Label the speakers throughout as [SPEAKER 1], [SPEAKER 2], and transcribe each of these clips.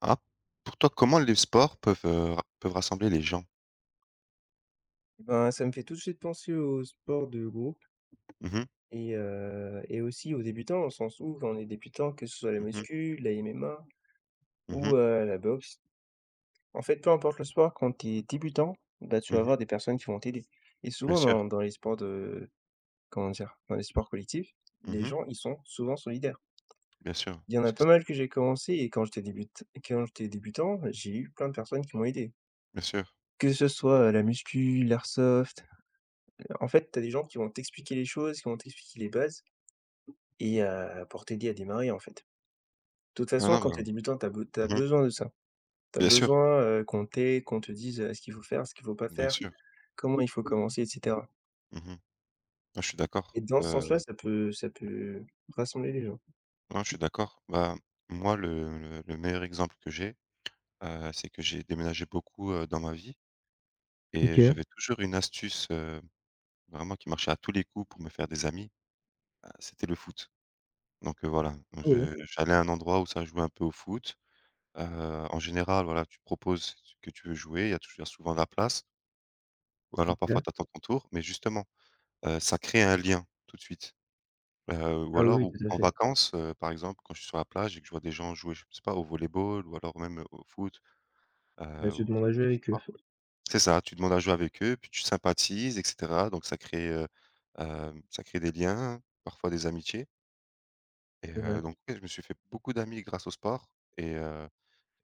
[SPEAKER 1] Ah, pour toi, comment les sports peuvent, ra peuvent rassembler les gens?
[SPEAKER 2] Ben, ça me fait tout de suite penser aux sports de groupe
[SPEAKER 1] Mmh mh.
[SPEAKER 2] et aussi aux débutants, au sens où quand on est débutant, que ce soit la
[SPEAKER 1] Mmh mh.
[SPEAKER 2] muscu, la MMA ou
[SPEAKER 1] Mmh.
[SPEAKER 2] la boxe, en fait, peu importe le sport, quand tu es débutant, bah, tu vas
[SPEAKER 1] Mmh.
[SPEAKER 2] avoir des personnes qui vont t'aider et
[SPEAKER 1] Bien
[SPEAKER 2] souvent
[SPEAKER 1] sûr.
[SPEAKER 2] dans les sports de comment dire? Dans les sports collectifs, les
[SPEAKER 1] Mmh.
[SPEAKER 2] gens, ils sont souvent solidaires.
[SPEAKER 1] Bien sûr,
[SPEAKER 2] Il y en a
[SPEAKER 1] parce que
[SPEAKER 2] pas
[SPEAKER 1] c'est
[SPEAKER 2] mal que j'ai commencé et quand j'étais débutant, j'ai eu plein de personnes qui m'ont aidé.
[SPEAKER 1] bien sûr.
[SPEAKER 2] Que ce soit, la muscu, l'airsoft, en fait, tu as des gens qui vont t'expliquer les choses, qui vont t'expliquer les bases. Pour t'aider à démarrer, en fait. De toute
[SPEAKER 1] Non,
[SPEAKER 2] façon,
[SPEAKER 1] non,
[SPEAKER 2] quand tu es
[SPEAKER 1] non.
[SPEAKER 2] débutant, tu as
[SPEAKER 1] Mmh.
[SPEAKER 2] besoin de ça. Tu as
[SPEAKER 1] Bien sûr,
[SPEAKER 2] besoin, qu'on t'aide, qu'on te dise, ce qu'il faut faire, ce qu'il faut pas
[SPEAKER 1] bien
[SPEAKER 2] faire,
[SPEAKER 1] sûr.
[SPEAKER 2] comment il faut commencer, et cetera.
[SPEAKER 1] Mmh. Non, je suis
[SPEAKER 2] Et
[SPEAKER 1] d'accord,
[SPEAKER 2] dans ce sens-là, ça peut rassembler les gens.
[SPEAKER 1] non, je suis d'accord. Bah, moi, le meilleur exemple que j'ai, c'est que j'ai déménagé beaucoup, dans ma vie
[SPEAKER 2] OK.
[SPEAKER 1] et
[SPEAKER 2] Ouais,
[SPEAKER 1] j'avais toujours une astuce, vraiment qui marchait à tous les coups pour me faire des amis, c'était le foot. Voilà. Donc,
[SPEAKER 2] ouais.
[SPEAKER 1] je j'allais à un endroit où ça jouait un peu au foot. En général, voilà, tu proposes ce que tu veux jouer, il y a toujours souvent de la place ou alors parfois
[SPEAKER 2] OK.
[SPEAKER 1] tu attends ton tour, mais justement, ça crée un lien tout de suite. Heu, ou
[SPEAKER 2] Ah
[SPEAKER 1] alors
[SPEAKER 2] oui, oui,
[SPEAKER 1] ou
[SPEAKER 2] tout à
[SPEAKER 1] en
[SPEAKER 2] fait.
[SPEAKER 1] vacances, par exemple, quand je suis sur la plage et que je vois des gens jouer, je sais pas, au volleyball ou alors même, au foot,
[SPEAKER 2] Bah, tu
[SPEAKER 1] ou
[SPEAKER 2] demandes à jouer
[SPEAKER 1] ce
[SPEAKER 2] avec eux.
[SPEAKER 1] sport c'est ça, tu demandes à jouer avec eux, puis tu sympathises et cetera, donc ça crée, ça crée des liens, parfois des amitiés et
[SPEAKER 2] Ouais.
[SPEAKER 1] donc ouais, je me suis fait beaucoup d'amis grâce au sport et heu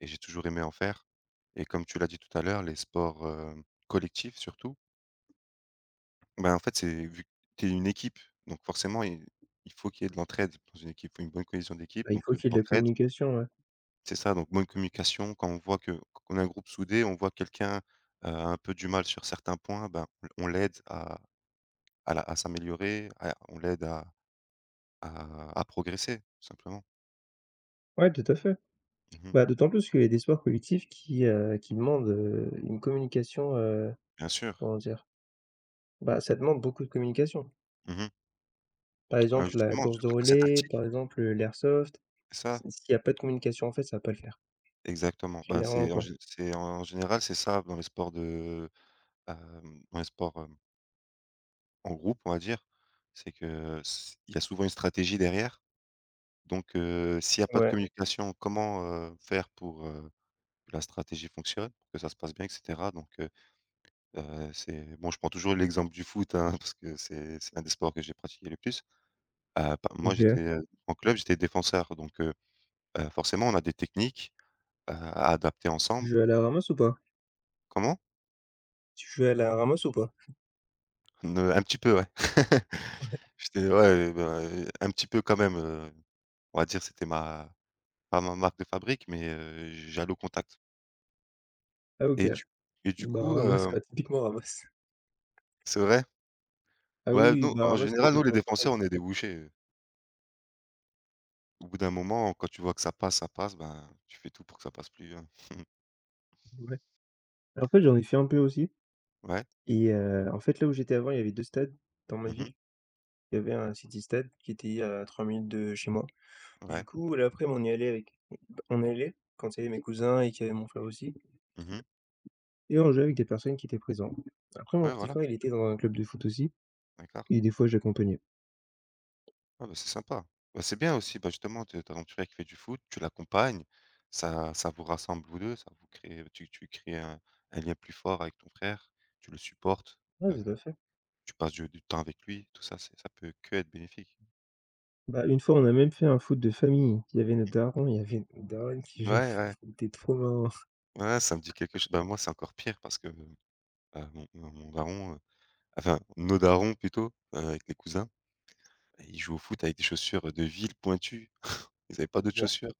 [SPEAKER 1] et j'ai toujours aimé en faire. Et comme tu l'as dit tout à l'heure, les sports, collectifs surtout, ben, en fait, c'est vu que tu es une équipe, donc forcément il faut qu'il y ait de l'entraide dans une équipe, il faut une bonne cohésion d'équipe,
[SPEAKER 2] Bah, il faut
[SPEAKER 1] de
[SPEAKER 2] qu'il y ait de la
[SPEAKER 1] l'entraide.
[SPEAKER 2] communication, ouais.
[SPEAKER 1] C'est ça, donc bonne communication. Quand on voit que qu'on a un groupe soudé, on voit que quelqu'un, a un peu du mal sur certains points, ben, on l'aide à s'améliorer, à on l'aide à progresser, tout simplement.
[SPEAKER 2] Ouais, tout à fait.
[SPEAKER 1] Mmh.
[SPEAKER 2] Bah, d'autant plus qu'il y a des sports collectifs qui demandent, une communication,
[SPEAKER 1] Bien sûr.
[SPEAKER 2] comment dire? Bah, ça demande beaucoup de communication.
[SPEAKER 1] Mmh mh.
[SPEAKER 2] Par
[SPEAKER 1] Bah,
[SPEAKER 2] exemple, la
[SPEAKER 1] justement,
[SPEAKER 2] course de
[SPEAKER 1] surtout quand c'est
[SPEAKER 2] relais,
[SPEAKER 1] tactique,
[SPEAKER 2] par exemple, l'airsoft,
[SPEAKER 1] c'est ça.
[SPEAKER 2] s'il y a pas de communication, en fait, ça va pas le faire.
[SPEAKER 1] Exactement. Ben,
[SPEAKER 2] Clairement
[SPEAKER 1] c'est en
[SPEAKER 2] pas.
[SPEAKER 1] gé c'est en général, c'est ça dans les sports de, dans les sports, en groupe, on va dire. C'est que s il y a souvent une stratégie derrière. Donc, s'il y a pas de Oui
[SPEAKER 2] Ouais.
[SPEAKER 1] communication, comment, faire pour, que la stratégie fonctionne, pour que ça se passe bien et cetera? C'est bon, je prends toujours l'exemple du foot, hein, parce que c'est un des sports que j'ai pratiqué le plus. Pa moi,
[SPEAKER 2] OK.
[SPEAKER 1] j'étais, en club, j'étais défenseur. Donc, forcément, on a des techniques, à adapter
[SPEAKER 2] Tu
[SPEAKER 1] ensemble.
[SPEAKER 2] joues à la ramasse ou pas?
[SPEAKER 1] Comment?
[SPEAKER 2] Tu joues à la ramasse ou pas?
[SPEAKER 1] Ne un petit peu, ouais. J'étais ouais, bah, un petit peu quand même, on va dire c'était ma pas ma marque de fabrique, mais j'allais au contact
[SPEAKER 2] Ah OK.
[SPEAKER 1] et du et du
[SPEAKER 2] Bah,
[SPEAKER 1] coup,
[SPEAKER 2] ramasse, quoi. Typiquement ramasse.
[SPEAKER 1] c'est vrai?
[SPEAKER 2] Ah
[SPEAKER 1] Ouais,
[SPEAKER 2] oui, oui,
[SPEAKER 1] nous,
[SPEAKER 2] bah,
[SPEAKER 1] en
[SPEAKER 2] ramasse, il va
[SPEAKER 1] général,
[SPEAKER 2] tout le
[SPEAKER 1] nous, les
[SPEAKER 2] temps en contact.
[SPEAKER 1] défenseurs, on est des bouchées, au bout d'un moment, quand tu vois que ça passe, ben, tu fais tout pour que ça passe plus, hein.
[SPEAKER 2] Ouais. En fait, j'en ai fait un peu aussi
[SPEAKER 1] Ouais.
[SPEAKER 2] et en fait, là où j'étais avant, il y avait 2 stades dans ma
[SPEAKER 1] Mmh mh.
[SPEAKER 2] ville. Il y avait un city stade qui était à 3 minutes de chez moi. Du
[SPEAKER 1] Ouais.
[SPEAKER 2] coup, là après on y allait avec on y allait quand il y avait mes cousins et qu'il y avait mon frère aussi.
[SPEAKER 1] Mmh mh.
[SPEAKER 2] Et on jouait avec des personnes qui étaient présentes. Après, mon
[SPEAKER 1] Ouais,
[SPEAKER 2] petit
[SPEAKER 1] voilà,
[SPEAKER 2] frère, il était dans un club de foot aussi
[SPEAKER 1] d'accord.
[SPEAKER 2] et des fois, je l'accompagnais.
[SPEAKER 1] Ah bah, c'est sympa. Bah, c'est bien aussi, bah, justement, de ta aventurière qui fait du foot, tu l'accompagnes, ça ça vous rassemble vous 2, ça vous crée tu crées un lien plus fort avec ton frère, tu le supportes,
[SPEAKER 2] Ouais, tout à
[SPEAKER 1] heu,
[SPEAKER 2] fait.
[SPEAKER 1] tu passes du temps avec lui, tout ça, c'est ça peut que être bénéfique.
[SPEAKER 2] Bah, une fois, on a même fait un foot de famille. Il y avait notre daron, il y avait notre daronne qui jouait au
[SPEAKER 1] Ouais,
[SPEAKER 2] foot,
[SPEAKER 1] ouais,
[SPEAKER 2] c'était trop marrant.
[SPEAKER 1] ouais, ça me dit quelque chose. Bah, moi, c'est encore pire parce que, bah, mon daron, enfin, nos darons plutôt, avec les cousins, ils jouent au foot avec des chaussures, de ville pointues. Ils avaient pas d'autres
[SPEAKER 2] Waouh,
[SPEAKER 1] chaussures.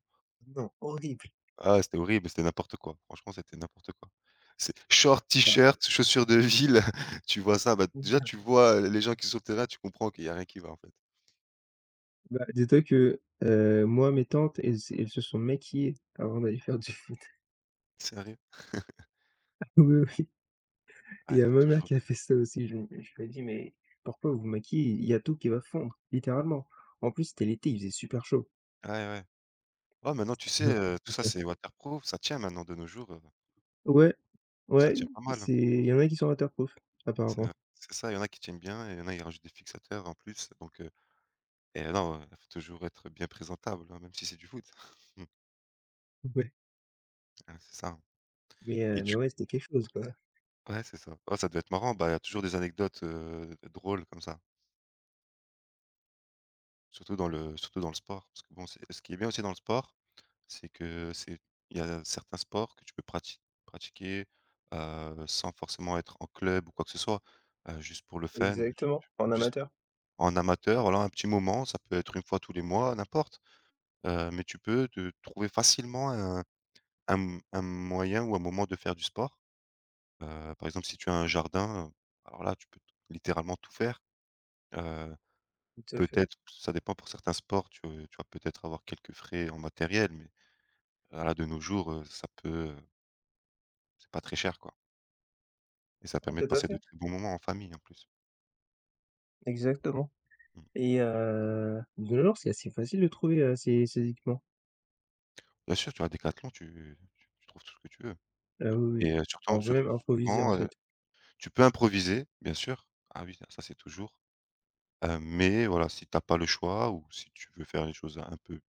[SPEAKER 2] non, horrible.
[SPEAKER 1] Ah, c'était horrible, c'était n'importe quoi. Franchement, c'était n'importe quoi. C'est short, t-shirt, chaussures de ville, tu vois ça, bah, déjà,
[SPEAKER 2] Voilà.
[SPEAKER 1] tu vois les gens qui sont sur le terrain, tu comprends qu'il y a rien qui va, en fait.
[SPEAKER 2] Bah, dis-toi que, moi, mes tantes, elles se sont maquillées avant d'aller faire du foot.
[SPEAKER 1] Sérieux?
[SPEAKER 2] Oui, oui. Il
[SPEAKER 1] Ah,
[SPEAKER 2] y
[SPEAKER 1] il
[SPEAKER 2] a
[SPEAKER 1] faut
[SPEAKER 2] ma mère
[SPEAKER 1] toujours
[SPEAKER 2] qui a fait ça aussi. Je lui ai dit: «Mais pourquoi vous vous maquillez? Il y a tout qui va fondre, littéralement». En plus, c'était l'été, il faisait super chaud.
[SPEAKER 1] ouais, ouais. Ouais, maintenant, tu
[SPEAKER 2] C'était
[SPEAKER 1] sais,
[SPEAKER 2] n'importe
[SPEAKER 1] tout ça,
[SPEAKER 2] quoi.
[SPEAKER 1] c'est waterproof, ça tient maintenant de nos jours,
[SPEAKER 2] Ouais,
[SPEAKER 1] ça
[SPEAKER 2] ouais,
[SPEAKER 1] tient pas mal, hein.
[SPEAKER 2] c'est il y en a qui sont waterproof,
[SPEAKER 1] C'est
[SPEAKER 2] apparemment.
[SPEAKER 1] euh, c'est ça, il y en a qui tiennent bien et il y en a, ils rajoutent des fixateurs en plus, et non, faut toujours être bien présentable, hein, même si c'est du foot. Mmh,
[SPEAKER 2] Ouais,
[SPEAKER 1] ah, c'est ça hein.
[SPEAKER 2] mais
[SPEAKER 1] et tu
[SPEAKER 2] ouais, c'était quelque chose, quoi.
[SPEAKER 1] ouais, c'est ça. Oh, ça doit être marrant, bah, il y a toujours des anecdotes, drôles comme ça. Surtout dans le sport, parce que bon, c'est ce qui est bien aussi dans le sport, c'est que c'est il y a certains sports que tu peux prati pratiquer, sans forcément être en club ou quoi que ce soit, juste pour le fun, ju
[SPEAKER 2] Exactement, en
[SPEAKER 1] juste
[SPEAKER 2] amateur.
[SPEAKER 1] en amateur, voilà, un petit moment, ça peut être une fois tous les mois, n'importe, mais tu peux te trouver facilement un un moyen ou un moment de faire du sport, par exemple, si tu as un jardin, alors là, tu peux t littéralement tout faire.
[SPEAKER 2] Tout à fait.
[SPEAKER 1] Peut-être, ça dépend pour certains sports, tu vas peut-être avoir quelques frais en matériel, mais là de nos jours, ça peut, c'est pas très cher, quoi et ça
[SPEAKER 2] Ouais,
[SPEAKER 1] permet de
[SPEAKER 2] tout à
[SPEAKER 1] passer de
[SPEAKER 2] fait,
[SPEAKER 1] très bons moments en famille, en plus.
[SPEAKER 2] exactement
[SPEAKER 1] Mmh.
[SPEAKER 2] et de nos jours, c'est assez facile de trouver, ces équipements.
[SPEAKER 1] Bien sûr, tu as Decathlon, tu trouves tout ce que tu veux
[SPEAKER 2] Ah oui, oui.
[SPEAKER 1] et surtout
[SPEAKER 2] On peut
[SPEAKER 1] sur
[SPEAKER 2] même improviser, en
[SPEAKER 1] souvent,
[SPEAKER 2] fait.
[SPEAKER 1] tu peux improviser, bien sûr. Ah oui, ça ça, c'est toujours, mais voilà, si t'as pas le choix ou si tu veux faire les choses un peu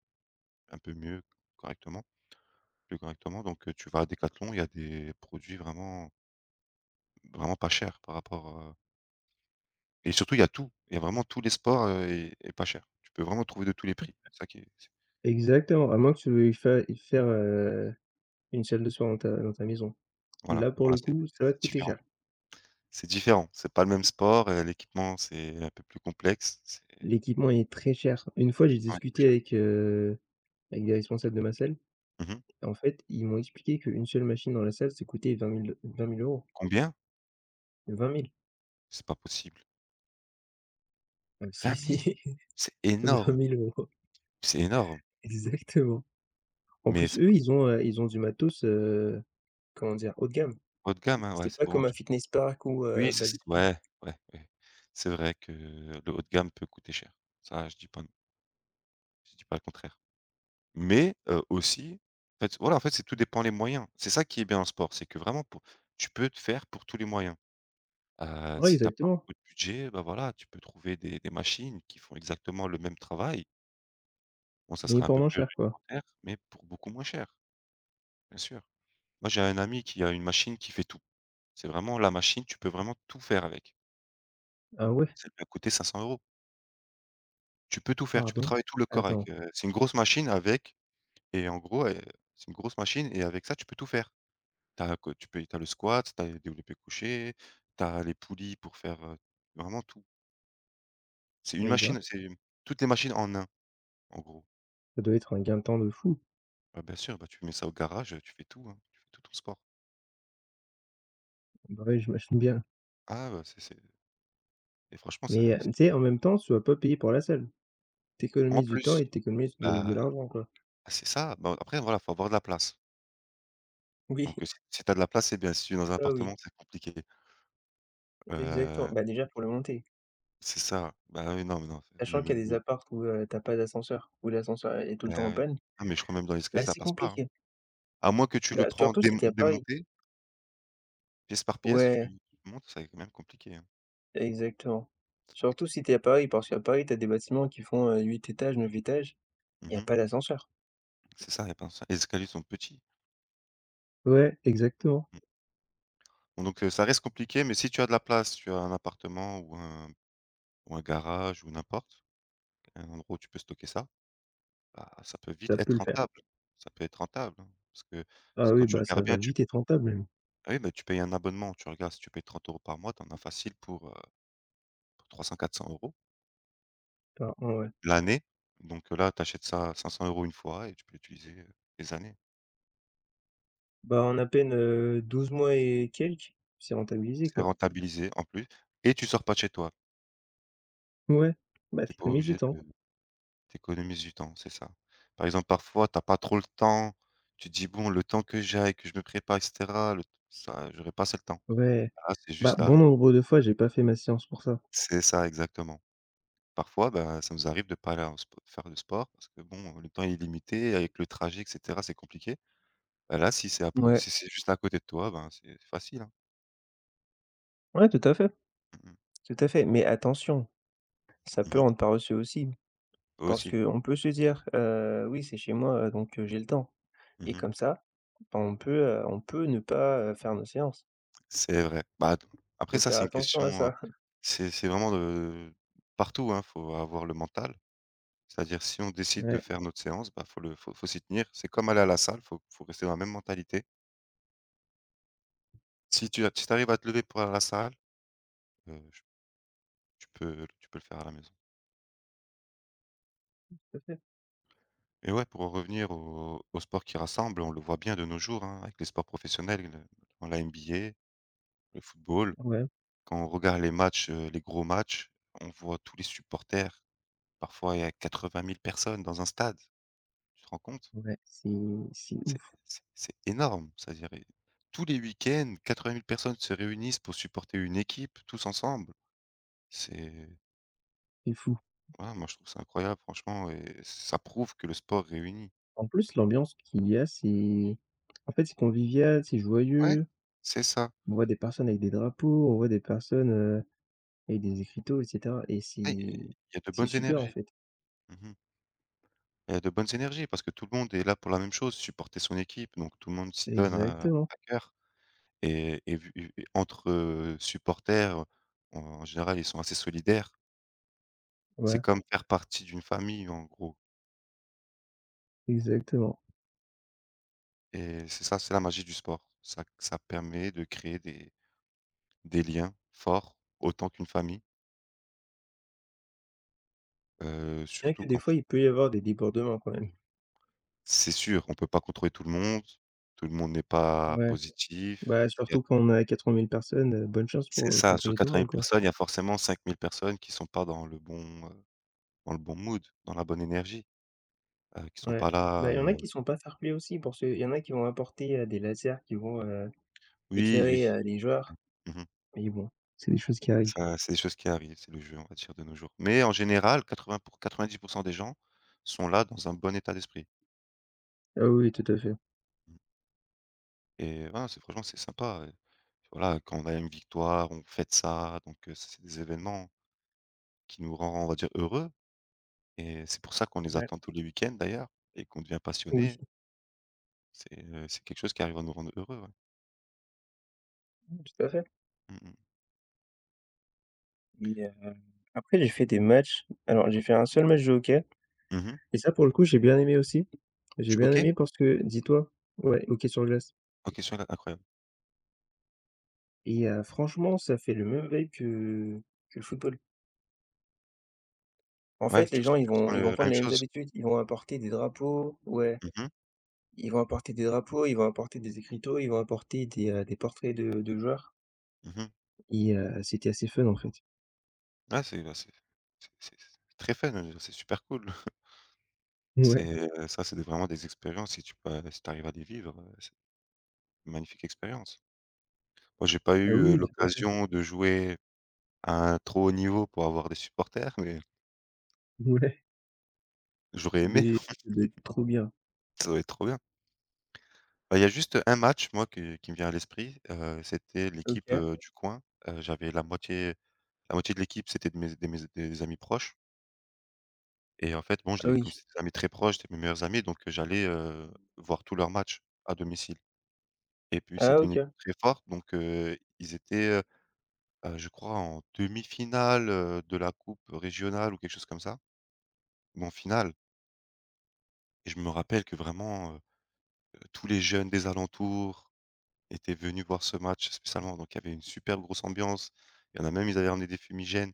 [SPEAKER 1] un peu mieux, correctement, plus correctement, tu vas à Decathlon, il y a des produits vraiment pas chers par rapport. Et surtout, il y a tout. Il y a vraiment tous les sports, et pas cher. Tu peux vraiment trouver de tous les prix. C'est ça qui est c'est
[SPEAKER 2] Exactement, à moins que tu veuilles fa faire, une salle de sport dans ta maison.
[SPEAKER 1] voilà,
[SPEAKER 2] Là,
[SPEAKER 1] bon
[SPEAKER 2] pour
[SPEAKER 1] là,
[SPEAKER 2] le
[SPEAKER 1] c'est
[SPEAKER 2] coup, ça va te
[SPEAKER 1] c'est
[SPEAKER 2] coûter
[SPEAKER 1] différent.
[SPEAKER 2] cher.
[SPEAKER 1] C'est différent, c'est pas le même sport, l'équipement, c'est un peu plus complexe, c'est
[SPEAKER 2] L'équipement est très cher. Une fois, j'ai
[SPEAKER 1] l'équipement est plus
[SPEAKER 2] discuté
[SPEAKER 1] cher.
[SPEAKER 2] avec, avec des responsables de ma salle
[SPEAKER 1] Mmh.
[SPEAKER 2] en fait, ils m'ont expliqué qu'une seule machine dans la salle, ça coûtait vingt mille euros.
[SPEAKER 1] Combien?
[SPEAKER 2] 20 000.
[SPEAKER 1] C'est pas possible.
[SPEAKER 2] Ah si,
[SPEAKER 1] 20
[SPEAKER 2] si,
[SPEAKER 1] 000? C'est
[SPEAKER 2] Vingt
[SPEAKER 1] énorme,
[SPEAKER 2] mille euros.
[SPEAKER 1] c'est énorme,
[SPEAKER 2] Exactement. En
[SPEAKER 1] mais
[SPEAKER 2] plus,
[SPEAKER 1] c'est
[SPEAKER 2] eux,
[SPEAKER 1] pas
[SPEAKER 2] ils ont du matos, comment dire? Haut de gamme.
[SPEAKER 1] haut de gamme, hein, ouais,
[SPEAKER 2] C'est
[SPEAKER 1] c'est
[SPEAKER 2] pas
[SPEAKER 1] bon,
[SPEAKER 2] comme un
[SPEAKER 1] tu
[SPEAKER 2] Fitness Park ou,
[SPEAKER 1] oui, c'est
[SPEAKER 2] Basic Fit.
[SPEAKER 1] ouais, ouais, ouais. C'est vrai que le haut de gamme peut coûter cher. Ça, je dis pas le contraire. Mais, aussi, en fait, voilà, en fait, c'est tout dépend les moyens. C'est ça qui est bien en sport, c'est que vraiment pour tu peux te faire pour tous les moyens.
[SPEAKER 2] Ouais,
[SPEAKER 1] Si tu as pas
[SPEAKER 2] exactement,
[SPEAKER 1] beaucoup de budget, bah, voilà, tu peux trouver des machines qui font exactement le même travail. Bon, ça
[SPEAKER 2] mais
[SPEAKER 1] sera un
[SPEAKER 2] pour
[SPEAKER 1] peu
[SPEAKER 2] moins
[SPEAKER 1] plus
[SPEAKER 2] cher, quoi.
[SPEAKER 1] rudimentaire, mais pour beaucoup moins cher, bien sûr. Moi, j'ai un ami qui a une machine qui fait tout. C'est vraiment la machine, tu peux vraiment tout faire avec.
[SPEAKER 2] Ah ouais?
[SPEAKER 1] Ça lui a coûté 500 euros. Tu peux tout faire, tu peux
[SPEAKER 2] Pardon?
[SPEAKER 1] travailler tout le corps
[SPEAKER 2] Attends,
[SPEAKER 1] avec, c'est une grosse machine avec et en gros, c'est une grosse machine et avec ça, tu peux tout faire. T'as que tu peux t'as le squat, t'as as les développés couchés, t'as les poulies pour faire, vraiment tout. C'est une
[SPEAKER 2] eh ben,
[SPEAKER 1] machine, c'est toutes les machines en un en gros.
[SPEAKER 2] ça doit être un gain de temps de fou.
[SPEAKER 1] Bah, bien sûr, bah, tu mets ça au garage, tu fais tout, hein, tu fais tout ton sport.
[SPEAKER 2] Bah ouais, j'imagine bien.
[SPEAKER 1] Ah, bah, c'est et franchement ça
[SPEAKER 2] Mais,
[SPEAKER 1] c'est
[SPEAKER 2] tu sais, en même temps, tu vas pas payer pour la salle.
[SPEAKER 1] en
[SPEAKER 2] T'économises du temps
[SPEAKER 1] plus,
[SPEAKER 2] et t'économises de
[SPEAKER 1] bah,
[SPEAKER 2] l'argent, quoi.
[SPEAKER 1] c'est ça. Bah, après voilà, faut avoir de la place.
[SPEAKER 2] Oui,
[SPEAKER 1] Si si tu as de la place, c'est bien. Si tu es dans un
[SPEAKER 2] ah oui,
[SPEAKER 1] appartement, c'est compliqué.
[SPEAKER 2] exactement.
[SPEAKER 1] Heu,
[SPEAKER 2] Bah, déjà pour le monter,
[SPEAKER 1] c'est ça. Bah, oui, non, mais non, mais
[SPEAKER 2] sachant
[SPEAKER 1] mais
[SPEAKER 2] qu'il y a des
[SPEAKER 1] mais,
[SPEAKER 2] apparts où, tu pas d'ascenseur, où l'ascenseur est tout le temps en
[SPEAKER 1] heu,
[SPEAKER 2] panne,
[SPEAKER 1] ah, mais je crois même dans l'escalier,
[SPEAKER 2] là,
[SPEAKER 1] ça
[SPEAKER 2] c'est
[SPEAKER 1] passe pas, hein.
[SPEAKER 2] compliqué.
[SPEAKER 1] À moins que tu
[SPEAKER 2] Bah,
[SPEAKER 1] le prends
[SPEAKER 2] surtout si t'es à Paris.
[SPEAKER 1] démonté pièce par pièce, tu
[SPEAKER 2] Ouais,
[SPEAKER 1] tu montes, c'est quand même compliqué, hein.
[SPEAKER 2] exactement. Surtout si t'es à Paris, parce qu'à Paris, t'as des bâtiments qui font, 8 étages, 9 étages, il y a
[SPEAKER 1] Mmh.
[SPEAKER 2] pas d'ascenseur.
[SPEAKER 1] C'est ça, y a plein ça. Les escaliers sont petits.
[SPEAKER 2] Ouais, exactement,
[SPEAKER 1] Mmh. Bon ça reste compliqué, mais si tu as de la place, tu as un appartement ou un garage ou n'importe, un endroit où tu peux stocker ça, bah, ça peut
[SPEAKER 2] ça
[SPEAKER 1] vite
[SPEAKER 2] peut
[SPEAKER 1] être
[SPEAKER 2] le faire.
[SPEAKER 1] rentable. Ça peut être rentable, hein, parce que parce
[SPEAKER 2] Ah oui,
[SPEAKER 1] quand tu
[SPEAKER 2] bah, ça
[SPEAKER 1] regardes bien,
[SPEAKER 2] va
[SPEAKER 1] tu
[SPEAKER 2] vite être rentable même.
[SPEAKER 1] ah oui, bah, tu payes un abonnement, tu regardes, si tu payes 30 euros par mois, tu en as facile pour 300-400 euros
[SPEAKER 2] Enfin, en ouais.
[SPEAKER 1] l'année. Là, tu achètes ça 500 euros une fois et tu peux l'utiliser, des années.
[SPEAKER 2] Bah, en à peine, 12 mois et quelques, c'est rentabilisé,
[SPEAKER 1] C'est
[SPEAKER 2] quoi.
[SPEAKER 1] rentabilisé en plus et tu sors pas de chez toi.
[SPEAKER 2] Ouais, bah,
[SPEAKER 1] Tu
[SPEAKER 2] tu
[SPEAKER 1] es pas
[SPEAKER 2] économises du
[SPEAKER 1] obligé
[SPEAKER 2] temps.
[SPEAKER 1] de tu du temps, c'est ça. Par exemple, parfois, tu as pas trop le temps, tu te dis: «Bon, le temps que j'aille, que je me prépare et cetera, le ça j'aurai pas assez le temps».
[SPEAKER 2] Ouais.
[SPEAKER 1] Ah, c'est
[SPEAKER 2] Bah,
[SPEAKER 1] juste là,
[SPEAKER 2] bon
[SPEAKER 1] donc
[SPEAKER 2] nombre de fois, j'ai pas fait ma séance pour ça.
[SPEAKER 1] c'est ça, exactement. Parfois, bah, ça nous arrive de pas aller en spo faire de sport parce que bon, le temps est limité avec le trajet et cetera, c'est compliqué. Bah, là,
[SPEAKER 2] Ouais.
[SPEAKER 1] si c'est juste à côté de toi, ben, c'est facile, hein.
[SPEAKER 2] Ouais,
[SPEAKER 1] Mmh mh.
[SPEAKER 2] tout à fait, mais attention, ça
[SPEAKER 1] Mmh
[SPEAKER 2] peut
[SPEAKER 1] mh.
[SPEAKER 2] rendre paresseux aussi, parce
[SPEAKER 1] Aussi.
[SPEAKER 2] que on peut se dire: oui, c'est chez moi, donc j'ai le temps»
[SPEAKER 1] Mmh
[SPEAKER 2] et
[SPEAKER 1] mh.
[SPEAKER 2] comme ça, bah, on peut ne pas, faire nos séances.
[SPEAKER 1] C'est vrai. Bah, d Après
[SPEAKER 2] Faut
[SPEAKER 1] ça,
[SPEAKER 2] faire
[SPEAKER 1] c'est une
[SPEAKER 2] attention à
[SPEAKER 1] question,
[SPEAKER 2] ça.
[SPEAKER 1] c'est vraiment de partout, hein, faut avoir le mental. C'est-à-dire si on décide de
[SPEAKER 2] Ouais,
[SPEAKER 1] faire notre séance, bah, faut le faut faut s'y tenir. C'est comme aller à la salle, faut rester dans la même mentalité. Si tu arrives à te lever pour aller à la salle, j tu peux le faire à la maison.
[SPEAKER 2] tout à fait.
[SPEAKER 1] Et ouais, pour en revenir au sport qui rassemble, on le voit bien de nos jours, hein, avec les sports professionnels, le dans la NBA, le football.
[SPEAKER 2] Ouais,
[SPEAKER 1] Quand on regarde les matchs, les gros matchs, on voit tous les supporters. Parfois, il y a 80 000 personnes dans un stade. Tu te rends compte?
[SPEAKER 2] ouais, c'est
[SPEAKER 1] C'est
[SPEAKER 2] ouf,
[SPEAKER 1] c'est énorme, c'est-à-dire. Et tous les week-ends, 80 000 personnes se réunissent pour supporter une équipe tous ensemble. C'est
[SPEAKER 2] c'est fou.
[SPEAKER 1] Voilà, moi je trouve ça incroyable franchement et ça prouve que le sport réunit.
[SPEAKER 2] En plus, l'ambiance qu'il y a, c'est en fait, c'est convivial, c'est
[SPEAKER 1] Ouais,
[SPEAKER 2] joyeux.
[SPEAKER 1] c'est ça.
[SPEAKER 2] On voit des personnes avec des drapeaux, on voit des personnes, avec des écriteaux et cetera et
[SPEAKER 1] Ouais, il y a de
[SPEAKER 2] c'est
[SPEAKER 1] bonnes
[SPEAKER 2] super, en
[SPEAKER 1] énergies.
[SPEAKER 2] fait.
[SPEAKER 1] Mmh. Il y a de bonnes énergies parce que tout le monde est là pour la même chose, supporter son équipe, donc tout le monde s'y donne à
[SPEAKER 2] Exactement,
[SPEAKER 1] à cœur, et entre, supporters, en général, ils sont assez solidaires. C'est
[SPEAKER 2] ouais,
[SPEAKER 1] comme faire partie d'une famille en gros.
[SPEAKER 2] exactement.
[SPEAKER 1] Et c'est ça, c'est la magie du sport. Ça permet de créer des liens forts, autant qu'une famille,
[SPEAKER 2] Bien que
[SPEAKER 1] surtout
[SPEAKER 2] des
[SPEAKER 1] quand
[SPEAKER 2] fois, il peut y avoir des débordements quand même.
[SPEAKER 1] c'est sûr, on peut pas contrôler tout le monde n'est pas
[SPEAKER 2] Ouais,
[SPEAKER 1] positif.
[SPEAKER 2] bah,
[SPEAKER 1] Il y a
[SPEAKER 2] surtout quand on a 80 000 personnes, bonne chance
[SPEAKER 1] C'est
[SPEAKER 2] pour,
[SPEAKER 1] ça, sur
[SPEAKER 2] contrôler tout le
[SPEAKER 1] 80
[SPEAKER 2] monde,
[SPEAKER 1] 000
[SPEAKER 2] quoi.
[SPEAKER 1] personnes, il y a forcément 5 000 personnes qui sont pas dans le bon, dans le bon mood, dans la bonne énergie, qui sont
[SPEAKER 2] Ouais.
[SPEAKER 1] pas
[SPEAKER 2] Bah,
[SPEAKER 1] là,
[SPEAKER 2] il y en a qui
[SPEAKER 1] heu,
[SPEAKER 2] sont pas fair-play aussi parce qu'il y en a qui vont apporter, des lasers qui vont,
[SPEAKER 1] oui, oui.
[SPEAKER 2] éclairer, les joueurs
[SPEAKER 1] Mmh.
[SPEAKER 2] mais bon, c'est des choses qui arrivent.
[SPEAKER 1] Ça, c'est des choses qui arrivent, c'est le jeu, on va dire, de nos jours. Mais en général, 80 pour 90 des gens sont là dans un bon état d'esprit. Mmh.
[SPEAKER 2] Ah oui, tout à fait.
[SPEAKER 1] Et voilà, c'est franchement, c'est sympa, voilà, quand on a une victoire, on fête ça, donc c'est des événements qui nous rendent, on va dire, heureux, et c'est pour ça qu'on les
[SPEAKER 2] Ouais.
[SPEAKER 1] attend tous les week-ends d'ailleurs et qu'on devient
[SPEAKER 2] Oui,
[SPEAKER 1] passionné. C'est quelque chose qui arrive à nous rendre heureux, ouais.
[SPEAKER 2] tout à fait
[SPEAKER 1] Mmh mh.
[SPEAKER 2] et après j'ai fait des matchs. Alors j'ai fait un seul match de hockey
[SPEAKER 1] Mmh.
[SPEAKER 2] et ça pour le coup j'ai bien aimé aussi. J'ai
[SPEAKER 1] Tu
[SPEAKER 2] bien
[SPEAKER 1] OK?
[SPEAKER 2] aimé parce que dis-toi ouais, hockey sur glace
[SPEAKER 1] OK, celui-là, incroyable.
[SPEAKER 2] et franchement ça fait le même vibe que le football. En
[SPEAKER 1] Ouais,
[SPEAKER 2] fait les gens
[SPEAKER 1] tu ressens
[SPEAKER 2] ils
[SPEAKER 1] le
[SPEAKER 2] vont
[SPEAKER 1] la
[SPEAKER 2] prendre
[SPEAKER 1] même
[SPEAKER 2] les mêmes
[SPEAKER 1] chose?
[SPEAKER 2] habitudes, ils vont apporter des drapeaux ouais,
[SPEAKER 1] Mmh mh.
[SPEAKER 2] ils vont apporter des drapeaux, ils vont apporter des écriteaux, ils vont apporter des portraits de joueurs
[SPEAKER 1] Mmh.
[SPEAKER 2] et c'était assez fun en fait.
[SPEAKER 1] Ouais, c'est bah, c'est très fun, c'est super cool.
[SPEAKER 2] Ouais,
[SPEAKER 1] C'est, ça, c'est des vraiment des expériences, si tu peux si t'arrives à les vivre, c'est une magnifique expérience. Moi, j'ai pas
[SPEAKER 2] ah
[SPEAKER 1] eu,
[SPEAKER 2] oui, oui, tout à fait.
[SPEAKER 1] l'occasion de jouer à un trop haut niveau pour avoir des supporters, mais
[SPEAKER 2] Ouais,
[SPEAKER 1] j'aurais aimé,
[SPEAKER 2] mais ça trop bien.
[SPEAKER 1] ça doit être trop bien. Bah, il y a juste un match, moi, que qui me vient à l'esprit, c'était l'équipe,
[SPEAKER 2] OK.
[SPEAKER 1] du coin. J'avais la moitié de l'équipe, c'était de mes des amis proches et en fait, bon, je
[SPEAKER 2] Ah
[SPEAKER 1] les
[SPEAKER 2] oui.
[SPEAKER 1] comme c'était des amis très proches, c'était mes meilleurs amis, donc j'allais, voir tous leurs matchs à domicile et puis
[SPEAKER 2] Ah
[SPEAKER 1] c'était une
[SPEAKER 2] OK.
[SPEAKER 1] équipe très forte, donc ils étaient, heu, je crois en demi-finale, de la coupe régionale ou quelque chose comme ça ou en finale, et je me rappelle que vraiment, tous les jeunes des alentours étaient venus voir ce match spécialement, donc il y avait une super grosse ambiance. Il y en a même, ils avaient ramené des fumigènes.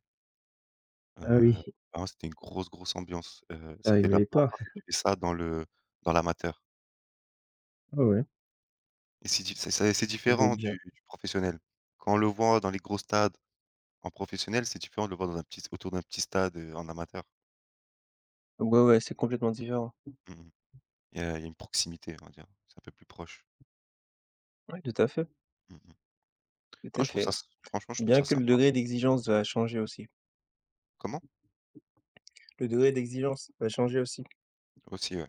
[SPEAKER 2] Ah oui,
[SPEAKER 1] Heu, vraiment c'était une grosse, grosse ambiance.
[SPEAKER 2] ah il
[SPEAKER 1] C'était la
[SPEAKER 2] m'aimait
[SPEAKER 1] première
[SPEAKER 2] pas?
[SPEAKER 1] fois que je vivais ça dans l'amateur
[SPEAKER 2] Ah ouais,
[SPEAKER 1] et c'est di c'est
[SPEAKER 2] ça devait être
[SPEAKER 1] différent
[SPEAKER 2] bien.
[SPEAKER 1] du professionnel. Quand on le voit dans les gros stades en professionnel, c'est différent de le voir dans un petit autour d'un petit stade, en amateur.
[SPEAKER 2] Ouais, ouais, c'est complètement différent.
[SPEAKER 1] Mmh mh. Il y a une proximité, on va dire. C'est un peu plus proche.
[SPEAKER 2] Ouais, tout à fait,
[SPEAKER 1] Mmh mh.
[SPEAKER 2] tout
[SPEAKER 1] Moi
[SPEAKER 2] à
[SPEAKER 1] je trouve ça
[SPEAKER 2] fait.
[SPEAKER 1] s Franchement, je trouve
[SPEAKER 2] Bien
[SPEAKER 1] ça
[SPEAKER 2] que le
[SPEAKER 1] sympa.
[SPEAKER 2] degré d'exigence va changer aussi.
[SPEAKER 1] Comment?
[SPEAKER 2] Le degré d'exigence va changer aussi.
[SPEAKER 1] Aussi, ouais.